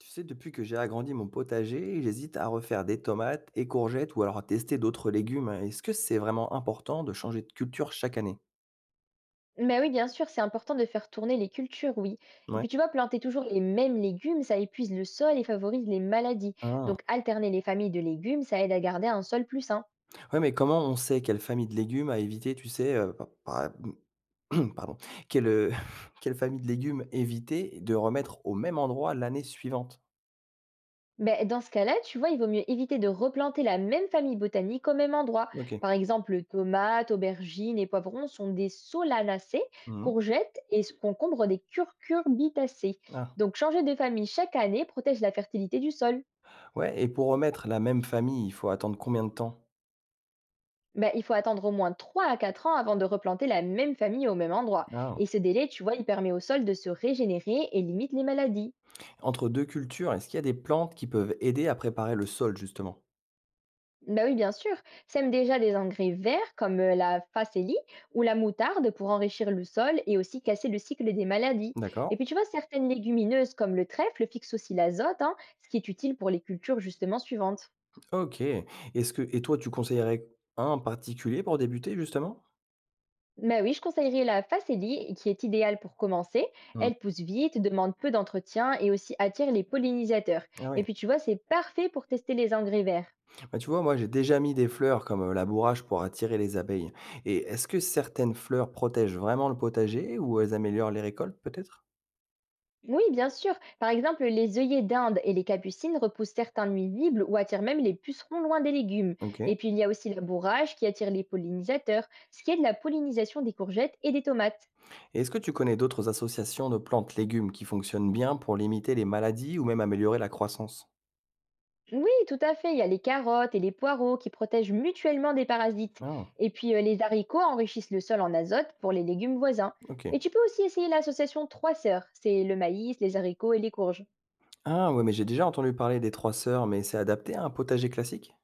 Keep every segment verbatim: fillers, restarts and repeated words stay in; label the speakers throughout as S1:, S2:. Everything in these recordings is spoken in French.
S1: Tu sais, depuis que j'ai agrandi mon potager, j'hésite à refaire des tomates et courgettes ou alors à tester d'autres légumes. Est-ce que c'est vraiment important de changer de culture chaque année?
S2: Mais oui, bien sûr, c'est important de faire tourner les cultures, oui. Et
S1: Ouais.
S2: puis tu vois, planter toujours les mêmes légumes, ça épuise le sol et favorise les maladies.
S1: Ah.
S2: Donc alterner les familles de légumes, ça aide à garder un sol plus sain.
S1: Ouais, mais comment on sait quelle famille de légumes à éviter, tu sais, euh, pa- pa- pardon, quelle, euh, quelle famille de légumes éviter de remettre au même endroit l'année suivante?
S2: Mais dans ce cas-là, tu vois, il vaut mieux éviter de replanter la même famille botanique au même endroit.
S1: Ok.
S2: Par exemple, tomates, aubergines et poivrons sont des solanacées,
S1: Mhm.
S2: courgettes et ce concombre des curcurbitacées.
S1: Ah.
S2: Donc changer de famille chaque année protège la fertilité du sol.
S1: Ouais, et pour remettre la même famille, il faut attendre combien de temps?
S2: Ben, il faut attendre au moins trois à quatre ans avant de replanter la même famille au même endroit.
S1: Ah.
S2: Et ce délai, tu vois, il permet au sol de se régénérer et limite les maladies.
S1: Entre deux cultures, est-ce qu'il y a des plantes qui peuvent aider à préparer le sol, justement?
S2: Ben oui, bien sûr, sème déjà des engrais verts comme euh, la facélie ou la moutarde pour enrichir le sol et aussi casser le cycle des maladies.
S1: D'accord.
S2: Et puis tu vois, certaines légumineuses comme le trèfle fixent aussi l'azote, hein, ce qui est utile pour les cultures justement suivantes.
S1: OK. Est-ce que et toi, tu conseillerais un particulier pour débuter, justement?
S2: Bah oui, je conseillerais la facélie, qui est idéale pour commencer.
S1: Mmh.
S2: Elle pousse vite, demande peu d'entretien et aussi attire les pollinisateurs.
S1: Ah
S2: Et
S1: oui.
S2: puis tu vois, c'est parfait pour tester les engrais verts.
S1: Bah, tu vois, moi, j'ai déjà mis des fleurs comme, heu, la pour attirer les abeilles et est-ce que certaines fleurs protègent vraiment le potager ou elles améliorent les récoltes, peut-être?
S2: Oui, bien sûr. Par exemple, les œillets d'Inde et les capucines repoussent certains nuisibles ou attirent même les pucerons loin des légumes.
S1: OK,
S2: Et puis il y a aussi la bourrage qui attire les pollinisateurs, ce qui est de la pollinisation des courgettes et des tomates.
S1: et est-ce que tu connais d'autres associations de plantes légumes qui fonctionnent bien pour limiter les maladies ou même améliorer la croissance?
S2: Oui, tout à fait. Il y a les carottes et les poireaux qui protègent mutuellement des parasites.
S1: Ah.
S2: Et puis euh, les haricots enrichissent le sol en azote pour les légumes voisins.
S1: OK.
S2: Et tu peux aussi essayer l'association trois sœurs. C'est le maïs, les haricots et les courges.
S1: Ah ouais, mais j'ai déjà entendu parler des trois sœurs, mais c'est adapté à un potager classique?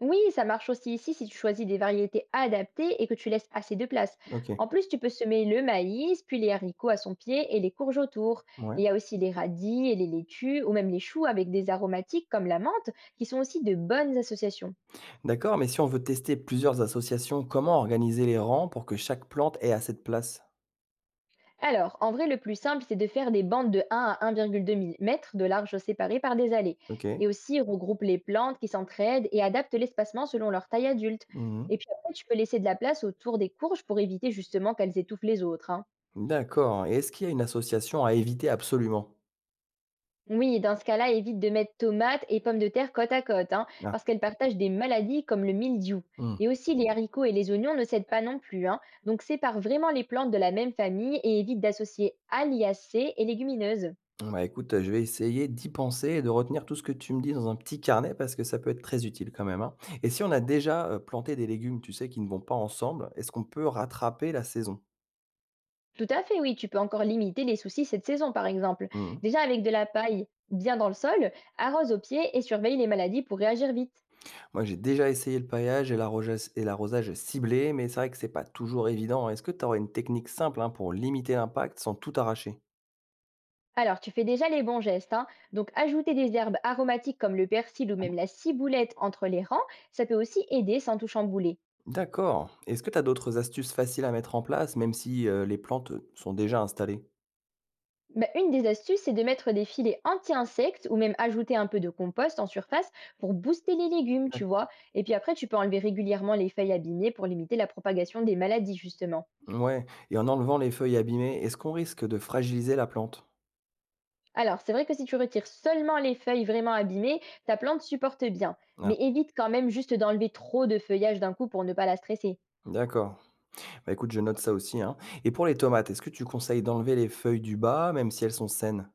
S2: Oui, ça marche aussi ici si tu choisis des variétés adaptées et que tu laisses assez de place.
S1: OK.
S2: En plus, tu peux semer le maïs, puis les haricots à son pied et les courges autour. Et
S1: Ouais.
S2: il y a aussi les radis et les laitues ou même les choux avec des aromatiques comme la menthe qui sont aussi de bonnes associations.
S1: D'accord, mais si on veut tester plusieurs associations, comment organiser les rangs pour que chaque plante ait assez de place?
S2: Alors, en vrai, le plus simple, c'est de faire des bandes de un à un virgule deux mm de large séparées par des allées. Et
S1: OK.
S2: aussi, regroupe les plantes qui s'entraident et adapte l'espacement selon leur taille adulte.
S1: Mmh.
S2: Et puis après, tu peux laisser de la place autour des courges pour éviter justement qu'elles étouffent les autres, hein.
S1: D'accord, et est-ce qu'il y a une association à éviter absolument?
S2: Oui, dans ce cas-là, évite de mettre tomates et pommes de terre côte à côte, hein,
S1: Ah.
S2: parce qu'elles partagent des maladies comme le mildiou. Et
S1: Mmh.
S2: aussi, les haricots et les oignons ne cèdent pas non plus, hein. Donc, sépare vraiment les plantes de la même famille et évite d'associer aliacées et légumineuses.
S1: Bon, bah, écoute, je vais essayer d'y penser et de retenir tout ce que tu me dis dans un petit carnet parce que ça peut être très utile quand même, hein. Et si on a déjà, heu, planté des légumes, tu sais, qui ne vont pas ensemble, est-ce qu'on peut rattraper la saison?
S2: Tout à fait, oui, tu peux encore limiter les soucis cette saison, par exemple.
S1: Mmh.
S2: Déjà avec de la paille bien dans le sol, arrose au pied et surveille les maladies pour réagir vite.
S1: Moi, j'ai déjà essayé le paillage et l'arrosage et l'arrosage ciblé, mais c'est vrai que c'est pas toujours évident. Est-ce que tu aurais une technique simple, hein, pour limiter l'impact sans tout arracher?
S2: Alors, tu fais déjà les bons gestes, hein, donc ajouter des herbes aromatiques comme le persil ou
S1: Hein?
S2: même la ciboulette entre les rangs, ça peut aussi aider sans tout chambouler.
S1: D'accord. Est-ce que tu as d'autres astuces faciles à mettre en place, même si, heu, les plantes sont déjà installées?
S2: Bah, une des astuces, c'est de mettre des filets anti-insectes ou même ajouter un peu de compost en surface pour booster les légumes, tu
S1: D'accord.
S2: vois. Et puis après, tu peux enlever régulièrement les feuilles abîmées pour limiter la propagation des maladies, justement.
S1: Ouais, et en enlevant les feuilles abîmées, est-ce qu'on risque de fragiliser la plante?
S2: Alors, c'est vrai que si tu retires seulement les feuilles vraiment abîmées, ta plante supporte bien.
S1: Ah,
S2: Mais évite quand même juste d'enlever trop de feuillage d'un coup pour ne pas la stresser.
S1: d'accord. Bah, écoute, je note ça aussi, hein, et pour les tomates, est-ce que tu conseilles d'enlever les feuilles du bas, même si elles sont saines?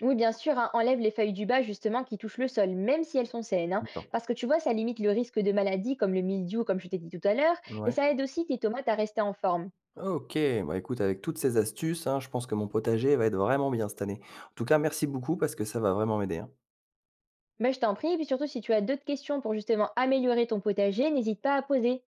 S2: Oui, bien sûr, hein, enlève les feuilles du bas justement qui touchent le sol, même si elles sont saines, hein,
S1: D'accord.
S2: parce que tu vois, ça limite le risque de maladies comme le mildiou, comme je t'ai dit tout à l'heure, et
S1: Ouais.
S2: ça aide aussi tes tomates à rester en forme.
S1: OK, bah, écoute, avec toutes ces astuces, hein, je pense que mon potager va être vraiment bien cette année. En tout cas, merci beaucoup parce que ça va vraiment m'aider, hein.
S2: Mais je t'en prie, et puis surtout si tu as d'autres questions pour justement améliorer ton potager, n'hésite pas à poser.